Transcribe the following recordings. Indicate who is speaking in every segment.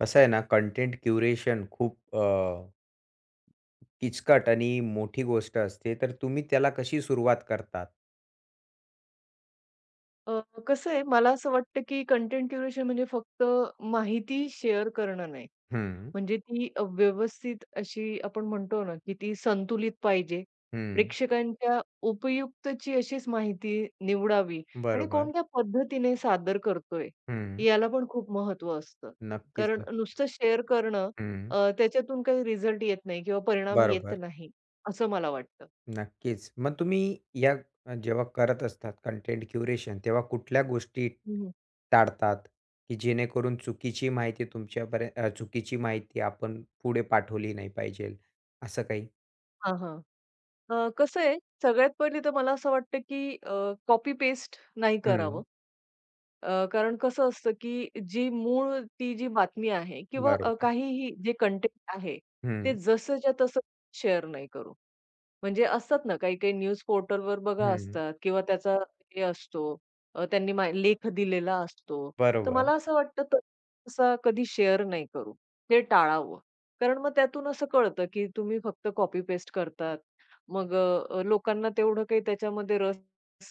Speaker 1: कसं आहे ना, कंटेंट क्युरेशन खूप किचकट आणि मोठी गोष्ट असते. तर तुम्ही त्याला कशी सुरुवात करतात?
Speaker 2: अ, कसं आहे, मला असं वाटतं की कंटेंट क्युरेशन म्हणजे फक्त माहिती शेअर करणं नाही.
Speaker 1: हं,
Speaker 2: म्हणजे ती व्यवस्थित अशी आपण म्हणतो ना, की ती संतुलित पाहिजे.
Speaker 1: हं.
Speaker 2: प्रेक्षकांच्या उपयुक्तची अशीच माहिती निवडावी आणि
Speaker 1: बरोबर.
Speaker 2: कोणत्या पद्धतीने सादर करतोय,
Speaker 1: हं.
Speaker 2: याला पण खूप महत्त्व असतं.
Speaker 1: नक्कीच,
Speaker 2: कारण
Speaker 1: नक्कीच.
Speaker 2: नुसतं शेअर करणं
Speaker 1: हं.
Speaker 2: त्याच्यातून काही रिझल्ट येत नाही किंवा परिणाम येत
Speaker 1: बरोबर.
Speaker 2: नाही, असं मला वाटतं.
Speaker 1: नक्कीच. मग तुम्ही या जेव्हा करत असतात कंटेंट क्युरेशन, तेव्हा कुठल्या गोष्टी
Speaker 2: हं, हं.
Speaker 1: टाळतात, की जेणेकरून चुकीची माहिती चुकीची माहिती आपण पुढे पाठवली नाही पाहिजे, असं काही?
Speaker 2: हां, कसं आहे, सगळ्यात पहिले तर मला असं वाटतं, की कॉपी पेस्ट नाही
Speaker 1: हं.
Speaker 2: करावं. कारण कसं असतं, की जी मूळ ती जी बातमी आहे किंवा
Speaker 1: बरोबर.
Speaker 2: काहीही जे कंटेंट आहे,
Speaker 1: हं,
Speaker 2: ते जसंच्या तसं शेअर नाही करू. म्हणजे असतात ना, काही-काही न्यूज पोर्टलवर बघा
Speaker 1: हं.
Speaker 2: असतात किंवा त्याचा हे असतो, त्यांनी लेख दिलेला असतो. तर
Speaker 1: बरोबर.
Speaker 2: मला असं वाटतं तर असा कधी शेअर नाही करू. ते टाळावं. कारण मग त्यातून असं कळतं, की तुम्ही फक्त कॉपी पेस्ट करतात. मग लोकांना तेवढं काही त्याच्यामध्ये रस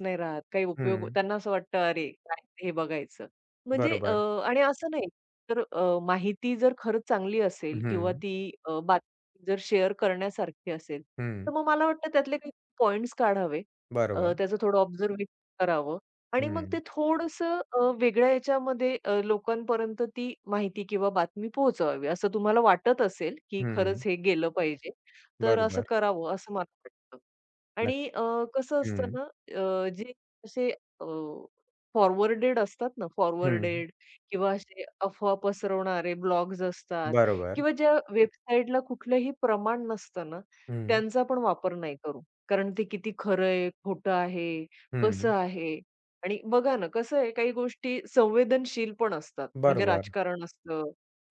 Speaker 2: नाही राहत. काही उपयोग
Speaker 1: हं,
Speaker 2: त्यांना असं वाटतं, "अरे, काय हे बघायचं." म्हणजे
Speaker 1: बरोबर.
Speaker 2: आणि असं नाही तर माहिती जर खरंच चांगली असेल किंवा
Speaker 1: हं,
Speaker 2: ती बातमी जर शेअर करण्यासारखी असेल,
Speaker 1: हं,
Speaker 2: तर मग मला वाटतं त्यातले काही पॉइंट्स काढावे.
Speaker 1: बरोबर.
Speaker 2: त्याचं थोडं ऑब्झर्वेशन करावं आणि मग
Speaker 1: हं,
Speaker 2: ते थोडंसं वेगळ्या याच्यामध्ये लोकांपर्यंत ती माहिती किंवा बातमी पोहोचवावी. असं तुम्हाला वाटत असेल, की खरंच
Speaker 1: हं,
Speaker 2: हे गेलं पाहिजे, तर असं
Speaker 1: बरोबर.
Speaker 2: करावं असं मला वाटतं. आणि
Speaker 1: नक्क
Speaker 2: कसं असतं
Speaker 1: हं,
Speaker 2: ना, जे असे फॉरवर्डेड असतात ना,
Speaker 1: हं,
Speaker 2: फॉरवर्डेड किंवा असे अफवा पसरवणारे ब्लॉग्स असतात
Speaker 1: बरोबर.
Speaker 2: किंवा ज्या वेबसाईटला कुठलंही प्रमाण नसतं ना,
Speaker 1: हं,
Speaker 2: त्यांचा पण वापर नाही करू. कारण ते किती खरं आहे, खोटं आहे, कसं
Speaker 1: हं,
Speaker 2: आहे आणि बघा ना, कसं आहे काही गोष्टी संवेदनशील पण असतात. म्हणजे
Speaker 1: बरोबर.
Speaker 2: राजकारण असतं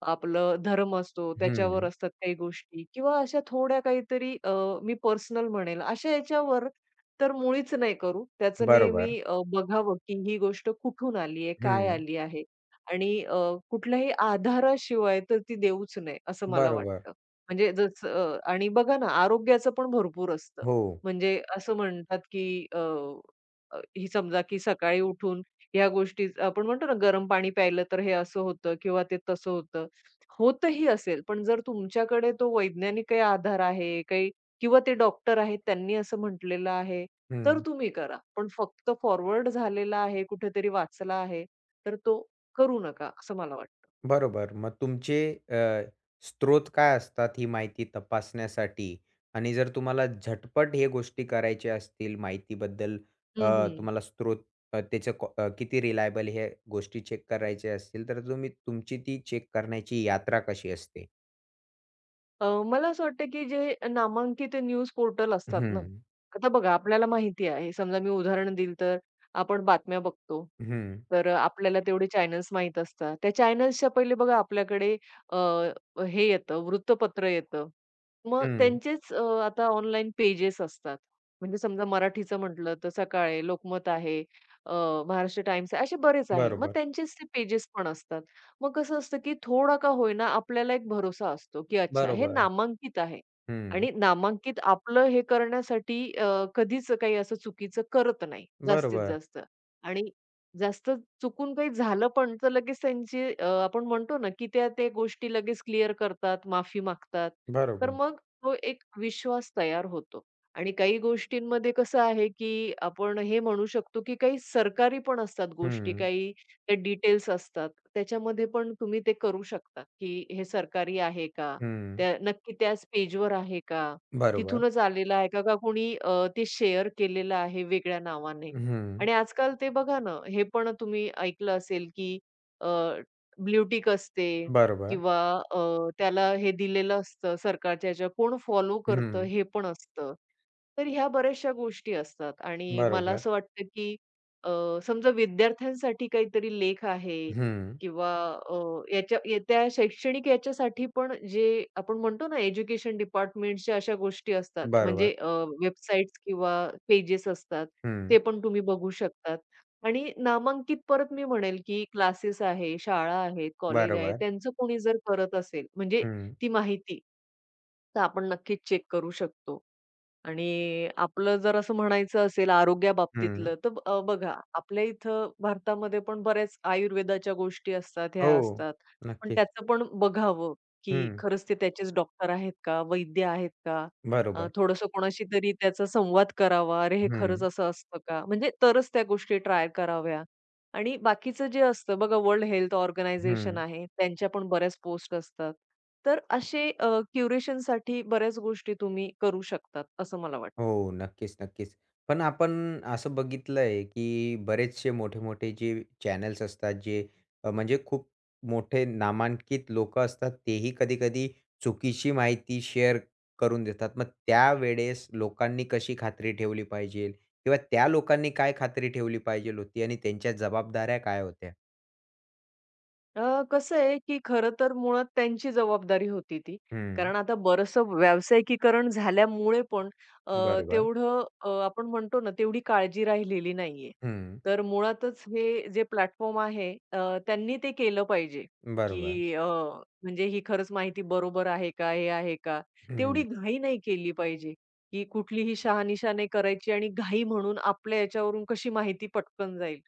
Speaker 2: आपलं धर्म असतो, त्याच्यावर
Speaker 1: हं,
Speaker 2: असतात काही गोष्टी किंवा अशा थोड्या काहीतरी मी पर्सनल म्हणेल, अशा याच्यावर तर मुळीच नाही करू. त्याचं नेहमी
Speaker 1: बरोबर.
Speaker 2: बघावं की ही गोष्ट कुठून आली आहे, काय
Speaker 1: हं,
Speaker 2: आली आहे आणि कुठल्याही आधाराशिवाय तर ती देऊच नये, असं मला
Speaker 1: बरोबर.
Speaker 2: वाटतं. म्हणजे जसं आणि बघा ना, आरोग्याचं पण भरपूर असतं.
Speaker 1: हो.
Speaker 2: म्हणजे असं म्हणतात की अ, अ, ही समजा की सकाळी उठून ह्या गोष्टी आपण म्हणतो ना, गरम पाणी प्यायलं तर हे असं होतं किंवा ते तसं होतं. होतही असेल, पण जर तुमच्याकडे तो वैज्ञानिक काही आधार आहे, काही किंवा ते डॉक्टर आहेत, त्यांनी असं म्हटलेलं आहे, तर
Speaker 1: हं.
Speaker 2: तुम्ही करा. पण फक्त फॉरवर्ड झालेला आहे, कुठेतरी वाचला आहे, तर तो करू नका, असं मला वाटतं.
Speaker 1: बरोबर. मग तुमचे अ, स्त्रोत काय असतात ही माहिती तपासण्यासाठी? आणि जर तुम्हाला झटपट हे गोष्टी करायच्या असतील माहितीबद्दल अ,
Speaker 2: हं, हं.
Speaker 1: तुम्हाला स्त्रोत अ, त्याचं को अ, किती रिलायबल हे गोष्टी चेक करायच्या असतील, तर तुम्ही तुमची ती चेक करण्याची यात्रा कशी असते?
Speaker 2: मला असं वाटतं, की जे नामांकित न्यूज पोर्टल असतात
Speaker 1: हं,
Speaker 2: ना, आता बघा आपल्याला माहिती आहे, समजा मी उदाहरण दिलं तर आपण बातम्या बघतो.
Speaker 1: हं,
Speaker 2: तर आपल्याला तेवढे चॅनल्स माहीत असतात. त्या चॅनल्सच्या पहिले बघा आपल्याकडे अ, हे येतं, वृत्तपत्र येतं. मग
Speaker 1: हं.
Speaker 2: त्यांचेच आता ऑनलाईन पेजेस असतात. म्हणजे समजा मराठीचं म्हटलं तर सकाळ आहे, लोकमत आहे, अ, महाराष्ट्र टाइम्स आहे, असे बरेच आहे. मग
Speaker 1: बरोबर,
Speaker 2: त्यांचेच ते पेजेस पण असतात. मग कसं असतं, की थोडा का होईना आपल्याला एक भरोसा असतो, की अच्छा हे
Speaker 1: बरोबर.
Speaker 2: नामांकित आहे
Speaker 1: हं.
Speaker 2: आणि नामांकित आपलं हे करण्यासाठी कधीच काही असं चुकीचं करत नाही, जास्तीत
Speaker 1: बरोबर,
Speaker 2: जास्त. आणि जास्त चुकून काही झालं पण तर लगेच त्यांची आपण म्हणतो ना, की त्या त्या गोष्टी लगेच क्लिअर करतात, माफी मागतात. तर
Speaker 1: बरोबर.
Speaker 2: मग तो एक विश्वास तयार होतो. आणि काही गोष्टींमध्ये कसं आहे, की आपण हे म्हणू शकतो, की काही सरकारी पण असतात गोष्टी,
Speaker 1: हं,
Speaker 2: काही ते डिटेल्स असतात. त्याच्यामध्ये पण तुम्ही ते करू शकता, की हे सरकारी आहे का?
Speaker 1: हं.
Speaker 2: त्या नक्की त्याच पेजवर आहे का?
Speaker 1: बरोबर.
Speaker 2: तिथूनच आलेलं आहे का? का कोणी ते शेअर केलेलं आहे वेगळ्या नावाने?
Speaker 1: हं.
Speaker 2: आणि आजकाल ते बघा ना, हे पण तुम्ही ऐकलं असेल, की अ, ब्लूटिक असते
Speaker 1: बरोबर.
Speaker 2: किंवा त्याला हे दिलेलं असतं सरकारच्या ह्याच्या कोण फॉलो करतं
Speaker 1: हं.
Speaker 2: हे पण असतं. तर ह्या बऱ्याचशा गोष्टी असतात आणि मला
Speaker 1: बरोबर.
Speaker 2: असं वाटतं, की अ, समजा विद्यार्थ्यांसाठी काहीतरी लेख आहे
Speaker 1: हं.
Speaker 2: किंवा अ, याच्या त्या शैक्षणिक याच्यासाठी पण जे आपण म्हणतो ना, एज्युकेशन डिपार्टमेंटच्या अशा गोष्टी असतात. म्हणजे
Speaker 1: बरोबर.
Speaker 2: वेबसाईट्स किंवा पेजेस असतात,
Speaker 1: हं.
Speaker 2: ते पण तुम्ही बघू शकतात. आणि नामांकित परत मी म्हणेल, की क्लासेस आहे, शाळा आहेत, कॉलेज आहे,
Speaker 1: बरोबर.
Speaker 2: त्यांचं कोणी जर करत असेल म्हणजे
Speaker 1: हं,
Speaker 2: ती माहिती, तर आपण नक्कीच चेक करू शकतो. आणि आपलं जर असं म्हणायचं असेल
Speaker 1: हं.
Speaker 2: आरोग्याबाबतीतलं, तर बघा आपल्या इथं भारतामध्ये पण बऱ्याच आयुर्वेदाच्या गोष्टी असतात,
Speaker 1: हो.
Speaker 2: ह्या असतात. पण
Speaker 1: नक्कीच.
Speaker 2: त्याचं पण बघावं, की
Speaker 1: हं.
Speaker 2: खरंच ते त्याचेच डॉक्टर आहेत का? वैद्य आहेत का?
Speaker 1: बरोबर.
Speaker 2: थोडंसं कोणाशी तरी त्याचा संवाद करावा. अरे, हे
Speaker 1: हं,
Speaker 2: खरंच असं असतं का? म्हणजे तरच त्या गोष्टी ट्राय कराव्या. आणि बाकीचं जे असतं बघा, वर्ल्ड हेल्थ ऑर्गनायझेशन
Speaker 1: हं.
Speaker 2: आहे, त्यांच्या पण बऱ्याच पोस्ट असतात. तर असे क्युरेशनसाठी बऱ्याच गोष्टी तुम्ही करू शकतात, असं मला वाटतं.
Speaker 1: हो. नक्कीच, नक्कीच. पण आपण असं बघितलंय, की बरेचसे मोठे-मोठे जे चॅनल्स असतात, जे म्हणजे खूप मोठे नामांकित लोकं असतात, तेही कधी-कधी चुकीची माहिती शेअर करून देतात. मग त्यावेळेस लोकांनी कशी खात्री ठेवली पाहिजे किंवा त्या लोकांनी काय खात्री ठेवली पाहिजे होती आणि त्यांच्या जबाबदाऱ्या काय होत्या?
Speaker 2: कसं आहे, की खरं तर मुळात त्यांची जबाबदारी होती ती.
Speaker 1: हं.
Speaker 2: कारण आता बरंचसं व्यावसायिकीकरण झाल्यामुळे पण अ,
Speaker 1: बरोबर.
Speaker 2: तेवढं आपण म्हणतो ना, तेवढी काळजी राहिलेली नाहीये.
Speaker 1: हं.
Speaker 2: तर मुळातच हे जे प्लॅटफॉर्म आहे त्यांनी ते केलं पाहिजे,
Speaker 1: बरोबर.
Speaker 2: की म्हणजे ही खरंच माहिती बरोबर आहे का? हे आहे का? तेवढी
Speaker 1: हं,
Speaker 2: घाई नाही केली पाहिजे, की कुठलीही शहानिशा नाही करायची आणि घाई म्हणून आपल्या याच्यावरून कशी माहिती पटकन जाईल.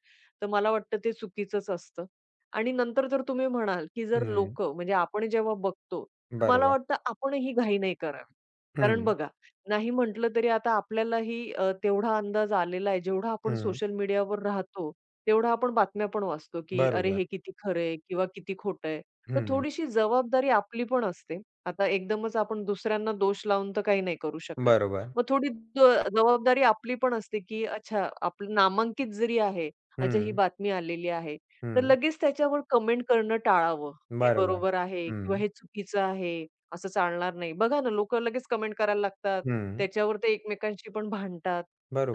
Speaker 2: तर मला वाटतं ते चुकीचंच असतं. आणि नंतर जर तुम्ही म्हणाल, की जर
Speaker 1: हं.
Speaker 2: लोकं म्हणजे आपण जेव्हा बघतो, तर मला
Speaker 1: बरोबर.
Speaker 2: वाटतं आपणही घाई नाही करावी. कारण
Speaker 1: हं,
Speaker 2: बघा, नाही म्हटलं तरी आता आपल्यालाही तेवढा अंदाज आलेला आहे, जेवढा आपण
Speaker 1: हं.
Speaker 2: सोशल मीडियावर राहतो, तेवढा आपण बातम्या पण वाचतो, की अरे
Speaker 1: बरोबर.
Speaker 2: हे किती खरं आहे किंवा किती खोटं आहे. तर
Speaker 1: हं.
Speaker 2: थोडीशी जबाबदारी आपली पण असते. आता एकदमच आपण दुसऱ्यांना दोष लावून तर काही नाही करू शकत.
Speaker 1: बरोबर.
Speaker 2: मग थोडी ज जबाबदारी आपली पण असते, की अच्छा आपलं नामांकित जरी आहे, अच्छा ही
Speaker 1: हं,
Speaker 2: बातमी आलेली आहे. तर
Speaker 1: हं.
Speaker 2: लगेच त्याच्यावर कमेंट करणं टाळावं. हे
Speaker 1: बरोबर.
Speaker 2: बरोबर आहे किंवा
Speaker 1: हं,
Speaker 2: हे चुकीचं आहे, असं चालणार नाही. बघा ना, लोकं लगेच कमेंट करायला लागतात.
Speaker 1: हं.
Speaker 2: त्याच्यावर ते एकमेकांशी पण भांडतात.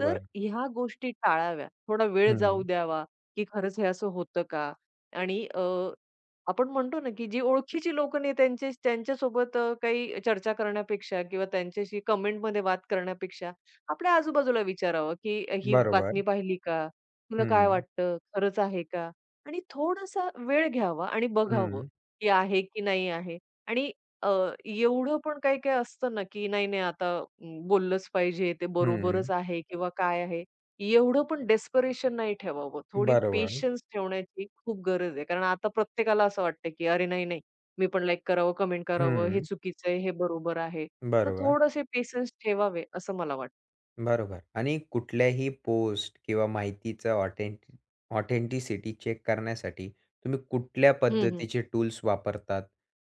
Speaker 2: तर ह्या गोष्टी टाळाव्या. थोडा वेळ जाऊ
Speaker 1: हं.
Speaker 2: द्यावा, की खरंच हे असं होतं का? आणि आपण म्हणतो ना, की जी ओळखीची लोकं नाही त्यांचे त्यांच्यासोबत काही चर्चा करण्यापेक्षा किंवा त्यांच्याशी कमेंटमध्ये वाद करण्यापेक्षा, आपल्या आजूबाजूला विचारावं, की "ही
Speaker 1: बरोबर.
Speaker 2: बातमी पाहिली का? तुला काय
Speaker 1: हं,
Speaker 2: वाटतं? खरंच आहे का?" आणि थोडासा वेळ घ्यावा आणि बघावं,
Speaker 1: हं,
Speaker 2: की आहे की नाही आहे. आणि अ, एवढं पण काही-काही असतं ना, की नाही, नाही आता बोललंच पाहिजे, ते बरोबरच
Speaker 1: हं.
Speaker 2: आहे किंवा काय आहे. एवढं पण डेस्परेशन नाही ठेवावं. थोडी
Speaker 1: बरोबर.
Speaker 2: पेशन्स ठेवण्याची खूप गरज आहे. कारण आता प्रत्येकाला असं वाटतं, की "अरे नाही, नाही, मी पण लाईक करावं, कमेंट करावं, हे
Speaker 1: हं.
Speaker 2: चुकीचं आहे, हे बरोबर आहे." तर
Speaker 1: बरोबर,
Speaker 2: थोडेसे पेशन्स ठेवावे असं मला वाटतं.
Speaker 1: बरोबर. आणि कुठल्याही पोस्ट किंवा माहितीचं ऑथेंटिसिटी चेक करण्यासाठी तुम्ही कुठल्या
Speaker 2: हं, हं.
Speaker 1: पद्धतीचे टूल्स वापरतात?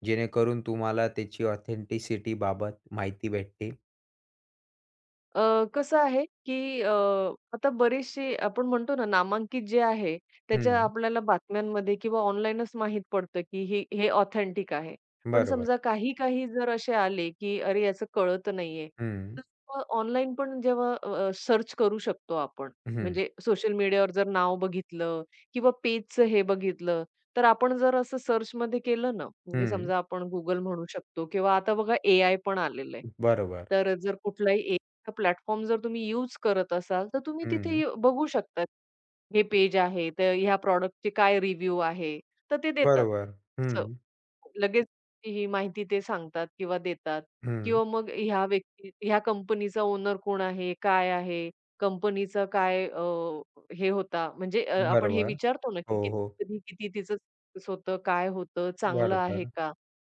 Speaker 1: जेणेकरून तुम्हाला त्याची ऑथेंटिसिटी बाबत माहिती भेटते?
Speaker 2: कसं आहे, की आता बरेचसे आपण म्हणतो ना, नामांकित जे आहे, त्याच्या
Speaker 1: हं.
Speaker 2: आपल्याला बातम्यांमध्ये किंवा ऑनलाईनच माहीत पडतं, की हे हे ऑथेंटिक आहे. पण
Speaker 1: बरोबर.
Speaker 2: समजा काही-काही जर असे आले, की अरे, याचं कळत नाहीये.
Speaker 1: हं.
Speaker 2: तर मग ऑनलाईन पण जेव्हा सर्च करू शकतो आपण.
Speaker 1: हं.
Speaker 2: म्हणजे सोशल मीडियावर जर नाव बघितलं किंवा पेजचं हे बघितलं, तर आपण जर असं सर्चमध्ये केलं ना, म्हणजे
Speaker 1: हं.
Speaker 2: समजा आपण Google म्हणू शकतो किंवा आता बघा एआय पण आलेलं आहे.
Speaker 1: बरोबर.
Speaker 2: तर जर कुठलाही प्लॅटफॉर्म जर तुम्ही यूज करत असाल, तर तुम्ही तिथे
Speaker 1: हं.
Speaker 2: बघू शकता. हे पेज आहे, तर ह्या प्रॉडक्टचे काय रिव्ह्यू आहे, तर ते देतात.
Speaker 1: बरोबर.
Speaker 2: असं
Speaker 1: हं.
Speaker 2: लगेच ही माहिती ते सांगतात किंवा देतात
Speaker 1: हं.
Speaker 2: किंवा मग ह्या व्यक्ती ह्या कंपनीचा ओनर कोण आहे, काय आहे, कंपनीचं काय हे होता म्हणजे आपण हे
Speaker 1: बरोबर.
Speaker 2: विचारतो ना, की
Speaker 1: हो, हो.
Speaker 2: किती कधी किती तिचं success होतं, काय होतं, चांगलं आहे
Speaker 1: बरोबर.
Speaker 2: का?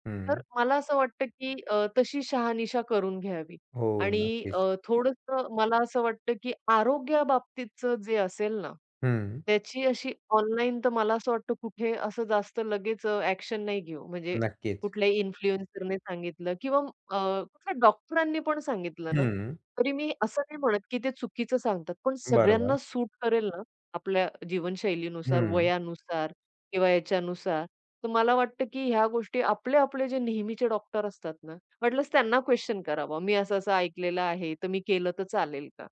Speaker 1: हं.
Speaker 2: तर मला असं वाटतं, की तशी शहानिशा करून घ्यावी.
Speaker 1: हो,
Speaker 2: आणि अ,
Speaker 1: नक्कीच.
Speaker 2: थोडंसं मला असं वाटतं, की आरोग्याबाबतीतचं जे असेल ना,
Speaker 1: हं.
Speaker 2: त्याची अशी ऑनलाईन तर मला असं वाटतं कुठे असं जास्त लगेच ॲक्शन नाही घेऊ. म्हणजे
Speaker 1: नक्कीच.
Speaker 2: कुठल्याही इन्फ्लुएन्सरने सांगितलं किंवा कुठल्या डॉक्टरांनी पण सांगितलं ना,
Speaker 1: हं.
Speaker 2: तरी मी असं नाही म्हणत, की ते चुकीचं सांगतात. पण सगळ्यांना
Speaker 1: बरोबर.
Speaker 2: सूट करेल ना, आपल्या जीवनशैलीनुसार,
Speaker 1: हं.
Speaker 2: वयानुसार किंवा याच्यानुसार, तर मला वाटतं, की ह्या गोष्टी आपले आपले जे नेहमीचे डॉक्टर असतात ना, वाटल्यास त्यांना क्वेशन करावं. मी असं-असं ऐकलेलं आहे, तर मी केलं तर चालेल का?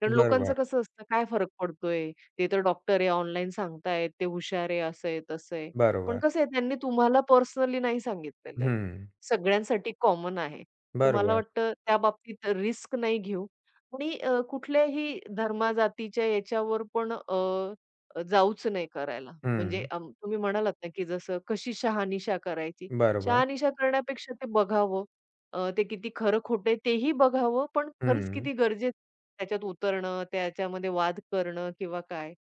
Speaker 2: कारण लोकांचं
Speaker 1: बरोबर.
Speaker 2: कसं असतं, काय फरक पडतोय? ते तर डॉक्टर आहे, ऑनलाईन सांगतायत, ते हुशार आहे, असं आहे, तसं आहे. पण
Speaker 1: बरोबर.
Speaker 2: कसं आहे त्यांनी तुम्हाला पर्सनली नाही सांगितलेलं आहे.
Speaker 1: हं.
Speaker 2: सगळ्यांसाठी कॉमन आहे. तर मला
Speaker 1: बरोबर.
Speaker 2: वाटतं त्या बाबतीत रिस्क नाही घेऊ आणि कुठल्याही धर्मा-जातीच्या याच्यावर पण जाऊच नाही करायला. म्हणजे
Speaker 1: हं.
Speaker 2: तुम्ही म्हणालात ना, की जसं कशी शहानिशा करायची.
Speaker 1: बरोबर.
Speaker 2: शहानिशा करण्यापेक्षा ते बघावं. ते किती खरं-खोटं आहे तेही बघावं, पण खरंच
Speaker 1: हं.
Speaker 2: किती गरजेचं त्याच्यात उतरणं, त्याच्यामध्ये वाद करणं किंवा काय,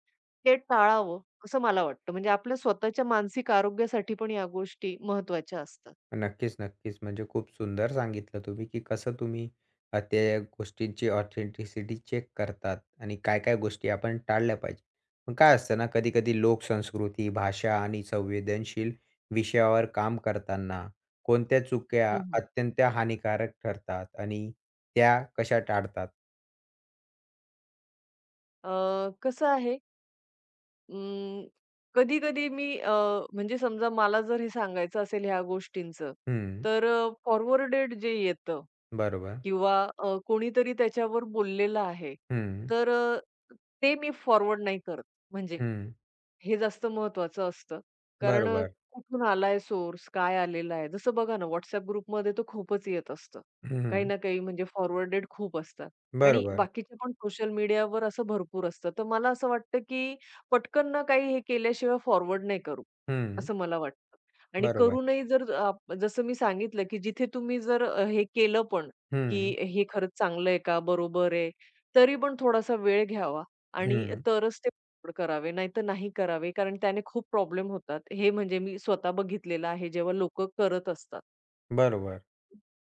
Speaker 2: हे टाळावं असं मला वाटतं. म्हणजे आपल्या स्वतःच्या मानसिक आरोग्यासाठी पण या गोष्टी महत्त्वाच्या असतात.
Speaker 1: नक्कीच, नक्कीच. म्हणजे खूप सुंदर सांगितलं तुम्ही, की कसं तुम्ही त्या गोष्टींची ऑथेंटिसिटी चेक करतात आणि काय-काय गोष्टी आपण टाळल्या पाहिजे. पण काय असतं ना, कधी-कधी लोकसंस्कृती, भाषा आणि संवेदनशील विषयावर काम करताना कोणत्या चुक्या
Speaker 2: हं, हं.
Speaker 1: अत्यंत हानिकारक ठरतात आणि त्या कशा टाळतात?
Speaker 2: कसं आहे अं, कधी-कधी मी म्हणजे समजा मला जर हे सांगायचं असेल ह्या गोष्टींचं,
Speaker 1: हं,
Speaker 2: तर फॉरवर्डेड जे येतं
Speaker 1: बरोबर.
Speaker 2: किंवा कोणीतरी त्याच्यावर बोललेलं आहे,
Speaker 1: हं,
Speaker 2: तर ते मी फॉरवर्ड नाही करत म्हणजे
Speaker 1: हं,
Speaker 2: हे जास्त महत्वाचं असतं. कारण
Speaker 1: बरोबर.
Speaker 2: कुठून आलाय सोर्स, काय आलेला आहे. जसं बघा ना WhatsApp ग्रुपमध्ये तर खूपच येत असतं. काही
Speaker 1: हं,
Speaker 2: ना काही म्हणजे फॉरवर्डेड खूप असतात आणि
Speaker 1: बरोबर.
Speaker 2: बाकीचे पण सोशल मीडियावर असं भरपूर असतं. तर मला असं वाटतं, की पटकन ना काही हे केल्याशिवाय फॉरवर्ड नाही करू,
Speaker 1: हं,
Speaker 2: असं मला वाटतं. आणि
Speaker 1: बरोबर.
Speaker 2: करूनही जर जसं मी सांगितलं, की जिथे तुम्ही जर हे केलं पण, की
Speaker 1: हं,
Speaker 2: हे खरंच चांगलं आहे का? बरोबर आहे. तरी पण थोडासा वेळ घ्यावा आणि
Speaker 1: हं,
Speaker 2: तरच ते करावे, नाहीतर नाही करावे. कारण त्याने खूप प्रॉब्लेम होतात. हे म्हणजे मी स्वतः बघितलेलं आहे, जेव्हा लोक करत असतात.
Speaker 1: बरोबर.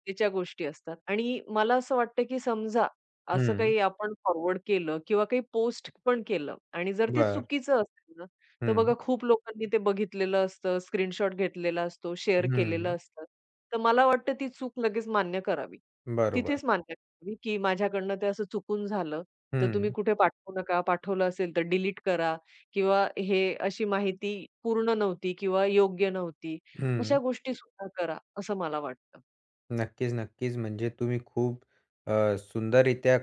Speaker 2: गरजेच्या गोष्टी असतात आणि मला असं वाटतं, की समजा असं
Speaker 1: हं,
Speaker 2: काही आपण फॉरवर्ड केलं किंवा काही पोस्ट पण केलं आणि जर ते
Speaker 1: बरं.
Speaker 2: चुकीचं असेल ना, तर बघा
Speaker 1: हं,
Speaker 2: खूप लोकांनी ते बघितलेलं असतं, स्क्रीनशॉट घेतलेला असतो, शेअर केलेलं
Speaker 1: हं.
Speaker 2: असतं. तर मला वाटतं ती चूक लगेच मान्य करावी.
Speaker 1: बरोबर.
Speaker 2: तिथेच मान्य करावी, की माझ्याकडनं ते असं चुकून झालं, तर तुम्ही
Speaker 1: हं,
Speaker 2: कुठे पाठवू नका. पाठवलं असेल तर डिलीट करा किंवा हे अशी माहिती पूर्ण नव्हती किंवा योग्य नव्हती. अशा
Speaker 1: हं.
Speaker 2: गोष्टीसुद्धा करा, असं मला वाटतं.
Speaker 1: नक्कीच, नक्कीच. म्हणजे तुम्ही खूप सुंदररीत्या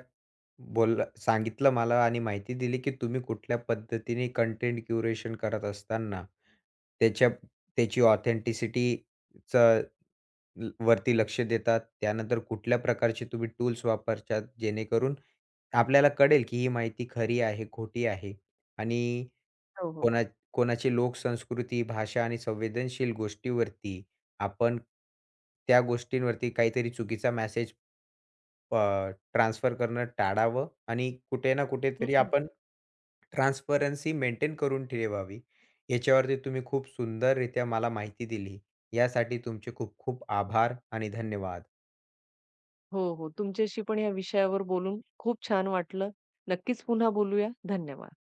Speaker 1: सांगितलं मला आणि माहिती दिली, की तुम्ही कुठल्या पद्धतीने कंटेंट क्युरेशन करत असताना त्याच्या त्याची ऑथेंटिसिटीचं ल वरती लक्ष देतात. त्यानंतर कुठल्या प्रकारचे तुम्ही टूल्स वापरतात जेणेकरून आपल्याला कळेल, की ही माहिती खरी आहे, खोटी आहे आणि
Speaker 2: हो, हो.
Speaker 1: कोणा कोणाची लोकसंस्कृती, भाषा आणि संवेदनशील गोष्टीवरती आपण त्या गोष्टींवरती काहीतरी चुकीचा मेसेज ट्रान्सफर करणं टाळावं आणि कुठे ना
Speaker 2: हं,
Speaker 1: कुठेतरी
Speaker 2: हं.
Speaker 1: आपण ट्रान्सपरन्सी मेंटेन करून ठेवावी. याच्यावरती तुम्ही खूप सुंदररित्या मला माहिती दिली. यासाठी तुमचे खूप खूप आभार आणि धन्यवाद.
Speaker 2: हो, हो. तुमच्याशी पण या विषयावर बोलून खूप छान वाटलं. नक्कीच पुन्हा बोलूया. धन्यवाद.